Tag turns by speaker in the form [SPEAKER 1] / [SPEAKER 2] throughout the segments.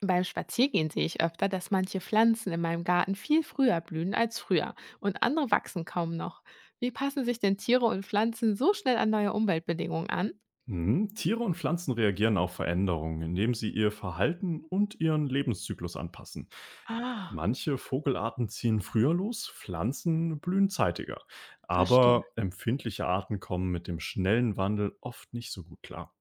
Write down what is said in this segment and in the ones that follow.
[SPEAKER 1] Beim Spaziergehen sehe ich öfter, dass manche Pflanzen in meinem Garten viel früher blühen als früher und andere wachsen kaum noch. Wie passen sich denn Tiere und Pflanzen so schnell an neue Umweltbedingungen an?
[SPEAKER 2] Mhm. Tiere und Pflanzen reagieren auf Veränderungen, indem sie ihr Verhalten und ihren Lebenszyklus anpassen.
[SPEAKER 1] Ah,
[SPEAKER 2] Manche Vogelarten ziehen früher los, Pflanzen blühen zeitiger.
[SPEAKER 1] verstehe.
[SPEAKER 2] Aber empfindliche Arten kommen mit dem schnellen Wandel oft nicht so gut klar.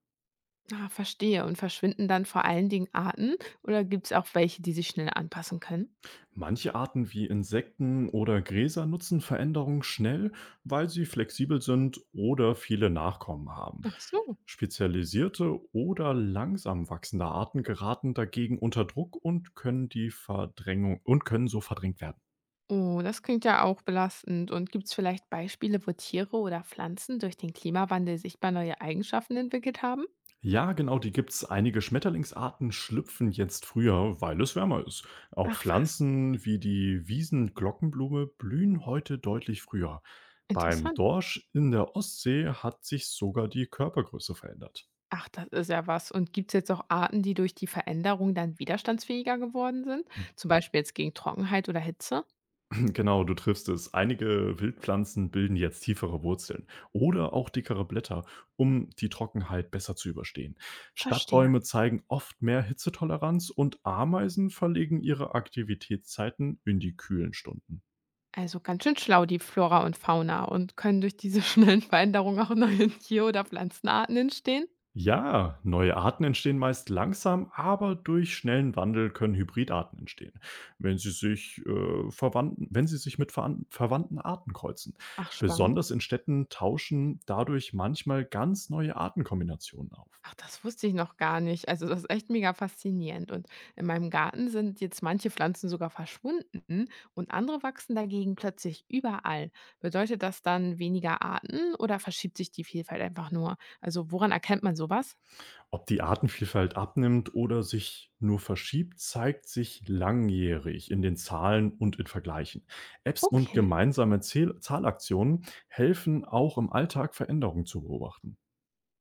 [SPEAKER 1] Ah, verstehe. Und verschwinden dann vor allen Dingen Arten oder gibt es auch welche, die sich schnell anpassen können?
[SPEAKER 2] Manche Arten wie Insekten oder Gräser nutzen Veränderungen schnell, weil sie flexibel sind oder viele Nachkommen haben.
[SPEAKER 1] Ach so.
[SPEAKER 2] Spezialisierte oder langsam wachsende Arten geraten dagegen unter Druck und können so verdrängt werden.
[SPEAKER 1] Oh, das klingt ja auch belastend. Und gibt es vielleicht Beispiele, wo Tiere oder Pflanzen durch den Klimawandel sichtbar neue Eigenschaften entwickelt haben?
[SPEAKER 2] Ja, genau, die gibt's. Einige Schmetterlingsarten schlüpfen jetzt früher, weil es wärmer ist. Auch
[SPEAKER 1] Ach was.
[SPEAKER 2] Pflanzen wie die Wiesenglockenblume blühen heute deutlich früher. Beim
[SPEAKER 1] Interessant.
[SPEAKER 2] Dorsch in der Ostsee hat sich sogar die Körpergröße verändert.
[SPEAKER 1] Ach, das ist ja was. Und gibt es jetzt auch Arten, die durch die Veränderung dann widerstandsfähiger geworden sind? Zum Beispiel jetzt gegen Trockenheit oder Hitze?
[SPEAKER 2] Genau, du triffst es. Einige Wildpflanzen bilden jetzt tiefere Wurzeln oder auch dickere Blätter, um die Trockenheit besser zu überstehen.
[SPEAKER 1] Verstehe.
[SPEAKER 2] Stadtbäume zeigen oft mehr Hitzetoleranz und Ameisen verlegen ihre Aktivitätszeiten in die kühlen Stunden.
[SPEAKER 1] Also ganz schön schlau, die Flora und Fauna, und können durch diese schnellen Veränderungen auch neue Tier- oder Pflanzenarten entstehen?
[SPEAKER 2] Ja, neue Arten entstehen meist langsam, aber durch schnellen Wandel können Hybridarten entstehen, wenn sie sich mit verwandten Arten kreuzen.
[SPEAKER 1] Ach, spannend.
[SPEAKER 2] Besonders in Städten tauschen dadurch manchmal ganz neue Artenkombinationen auf.
[SPEAKER 1] Ach, das wusste ich noch gar nicht. Also, das ist echt mega faszinierend. Und in meinem Garten sind jetzt manche Pflanzen sogar verschwunden und andere wachsen dagegen plötzlich überall. Bedeutet das dann weniger Arten oder verschiebt sich die Vielfalt einfach nur? Also, woran erkennt man sowas?
[SPEAKER 2] Ob die Artenvielfalt abnimmt oder sich nur verschiebt, zeigt sich langjährig in den Zahlen und in Vergleichen. Apps und
[SPEAKER 1] Okay.
[SPEAKER 2] gemeinsame Zahlaktionen helfen auch im Alltag Veränderungen zu beobachten.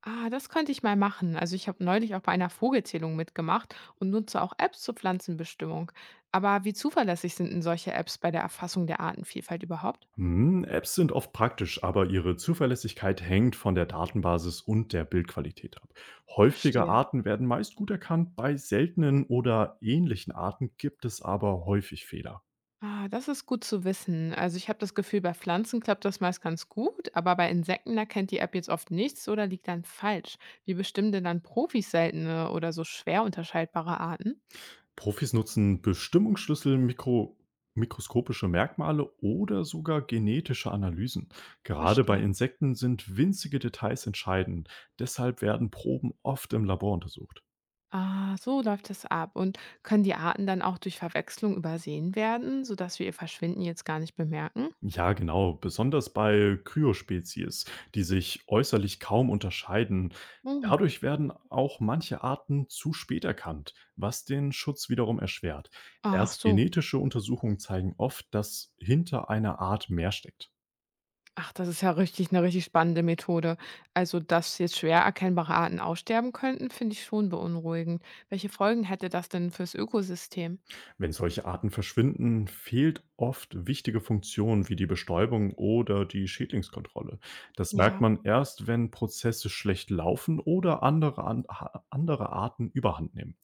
[SPEAKER 1] Ah, das könnte ich mal machen. Also ich habe neulich auch bei einer Vogelzählung mitgemacht und nutze auch Apps zur Pflanzenbestimmung. Aber wie zuverlässig sind denn solche Apps bei der Erfassung der Artenvielfalt überhaupt?
[SPEAKER 2] Hm, Apps sind oft praktisch, aber ihre Zuverlässigkeit hängt von der Datenbasis und der Bildqualität ab. Häufige
[SPEAKER 1] Verstehe.
[SPEAKER 2] Arten werden meist gut erkannt, bei seltenen oder ähnlichen Arten gibt es aber häufig Fehler.
[SPEAKER 1] Ah, das ist gut zu wissen. Also ich habe das Gefühl, bei Pflanzen klappt das meist ganz gut, aber bei Insekten erkennt die App jetzt oft nichts oder liegt dann falsch. Wie bestimmen denn dann Profis seltene oder so schwer unterscheidbare Arten?
[SPEAKER 2] Profis nutzen Bestimmungsschlüssel, mikroskopische Merkmale oder sogar genetische Analysen. Gerade bei
[SPEAKER 1] Verstehe.
[SPEAKER 2] Insekten sind winzige Details entscheidend, deshalb werden Proben oft im Labor untersucht.
[SPEAKER 1] Ah, so läuft das ab. Und können die Arten dann auch durch Verwechslung übersehen werden, sodass wir ihr Verschwinden jetzt gar nicht bemerken?
[SPEAKER 2] Ja, genau. Besonders bei Kryospezies, die sich äußerlich kaum unterscheiden.
[SPEAKER 1] Oh.
[SPEAKER 2] Dadurch werden auch manche Arten zu spät erkannt, was den Schutz wiederum erschwert.
[SPEAKER 1] Ach
[SPEAKER 2] Erst
[SPEAKER 1] so.
[SPEAKER 2] genetische Untersuchungen zeigen oft, dass hinter einer Art mehr steckt.
[SPEAKER 1] Ach, das ist ja richtig, eine richtig spannende Methode. Also, dass jetzt schwer erkennbare Arten aussterben könnten, finde ich schon beunruhigend. Welche Folgen hätte das denn fürs Ökosystem?
[SPEAKER 2] Wenn solche Arten verschwinden, fehlt oft wichtige Funktionen wie die Bestäubung oder die Schädlingskontrolle. Das merkt
[SPEAKER 1] Ja,
[SPEAKER 2] man erst, wenn Prozesse schlecht laufen oder andere Arten überhand nehmen.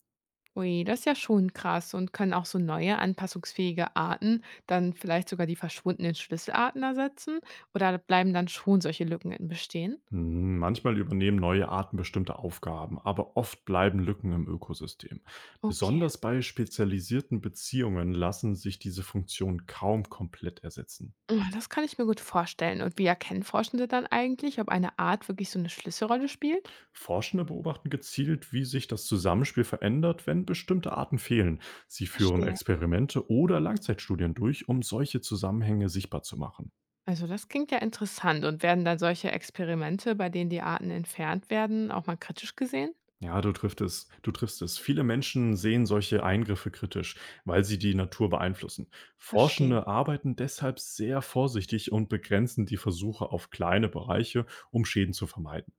[SPEAKER 1] ui, das ist ja schon krass. Und können auch so neue anpassungsfähige Arten dann vielleicht sogar die verschwundenen Schlüsselarten ersetzen? Oder bleiben dann schon solche Lücken in bestehen?
[SPEAKER 2] Hm, manchmal übernehmen neue Arten bestimmte Aufgaben, aber oft bleiben Lücken im Ökosystem.
[SPEAKER 1] Okay.
[SPEAKER 2] Besonders bei spezialisierten Beziehungen lassen sich diese Funktionen kaum komplett ersetzen.
[SPEAKER 1] Ah, das kann ich mir gut vorstellen. Und wie erkennen Forschende dann eigentlich, ob eine Art wirklich so eine Schlüsselrolle spielt?
[SPEAKER 2] Forschende beobachten gezielt, wie sich das Zusammenspiel verändert, wenn bestimmte Arten fehlen. Sie führen
[SPEAKER 1] Verstehe.
[SPEAKER 2] Experimente oder Langzeitstudien durch, um solche Zusammenhänge sichtbar zu machen.
[SPEAKER 1] Also das klingt ja interessant. Und werden dann solche Experimente, bei denen die Arten entfernt werden, auch mal kritisch gesehen?
[SPEAKER 2] Ja, du triffst es. Viele Menschen sehen solche Eingriffe kritisch, weil sie die Natur beeinflussen.
[SPEAKER 1] Verstehe.
[SPEAKER 2] Forschende arbeiten deshalb sehr vorsichtig und begrenzen die Versuche auf kleine Bereiche, um Schäden zu vermeiden.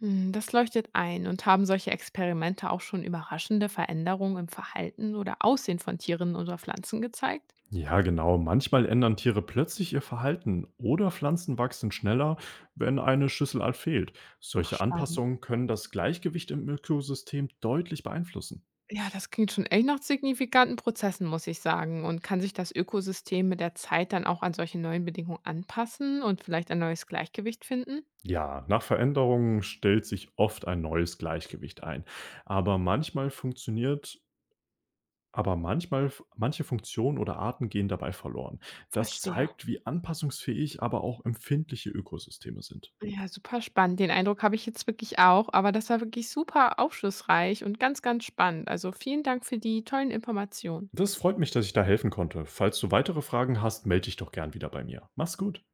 [SPEAKER 1] Hm, das leuchtet ein. Und haben solche Experimente auch schon überraschende Veränderungen im Verhalten oder Aussehen von Tieren oder Pflanzen gezeigt?
[SPEAKER 2] Ja, genau. Manchmal ändern Tiere plötzlich ihr Verhalten oder Pflanzen wachsen schneller, wenn eine Schlüsselart fehlt.
[SPEAKER 1] Ach,
[SPEAKER 2] Solche
[SPEAKER 1] spannend.
[SPEAKER 2] Anpassungen können das Gleichgewicht im Ökosystem deutlich beeinflussen.
[SPEAKER 1] Ja, das klingt schon echt nach signifikanten Prozessen, muss ich sagen. Und kann sich das Ökosystem mit der Zeit dann auch an solche neuen Bedingungen anpassen und vielleicht ein neues Gleichgewicht finden?
[SPEAKER 2] Ja, nach Veränderungen stellt sich oft ein neues Gleichgewicht ein. Aber manchmal funktioniert Aber manchmal manche Funktionen oder Arten gehen dabei verloren. Das
[SPEAKER 1] Verstehe.
[SPEAKER 2] zeigt, wie anpassungsfähig, aber auch empfindliche Ökosysteme sind.
[SPEAKER 1] Ja, super spannend. Den Eindruck habe ich jetzt wirklich auch, aber das war wirklich super aufschlussreich und ganz, ganz spannend. Also vielen Dank für die tollen Informationen.
[SPEAKER 2] Das freut mich, dass ich da helfen konnte. Falls du weitere Fragen hast, melde dich doch gern wieder bei mir. Mach's gut.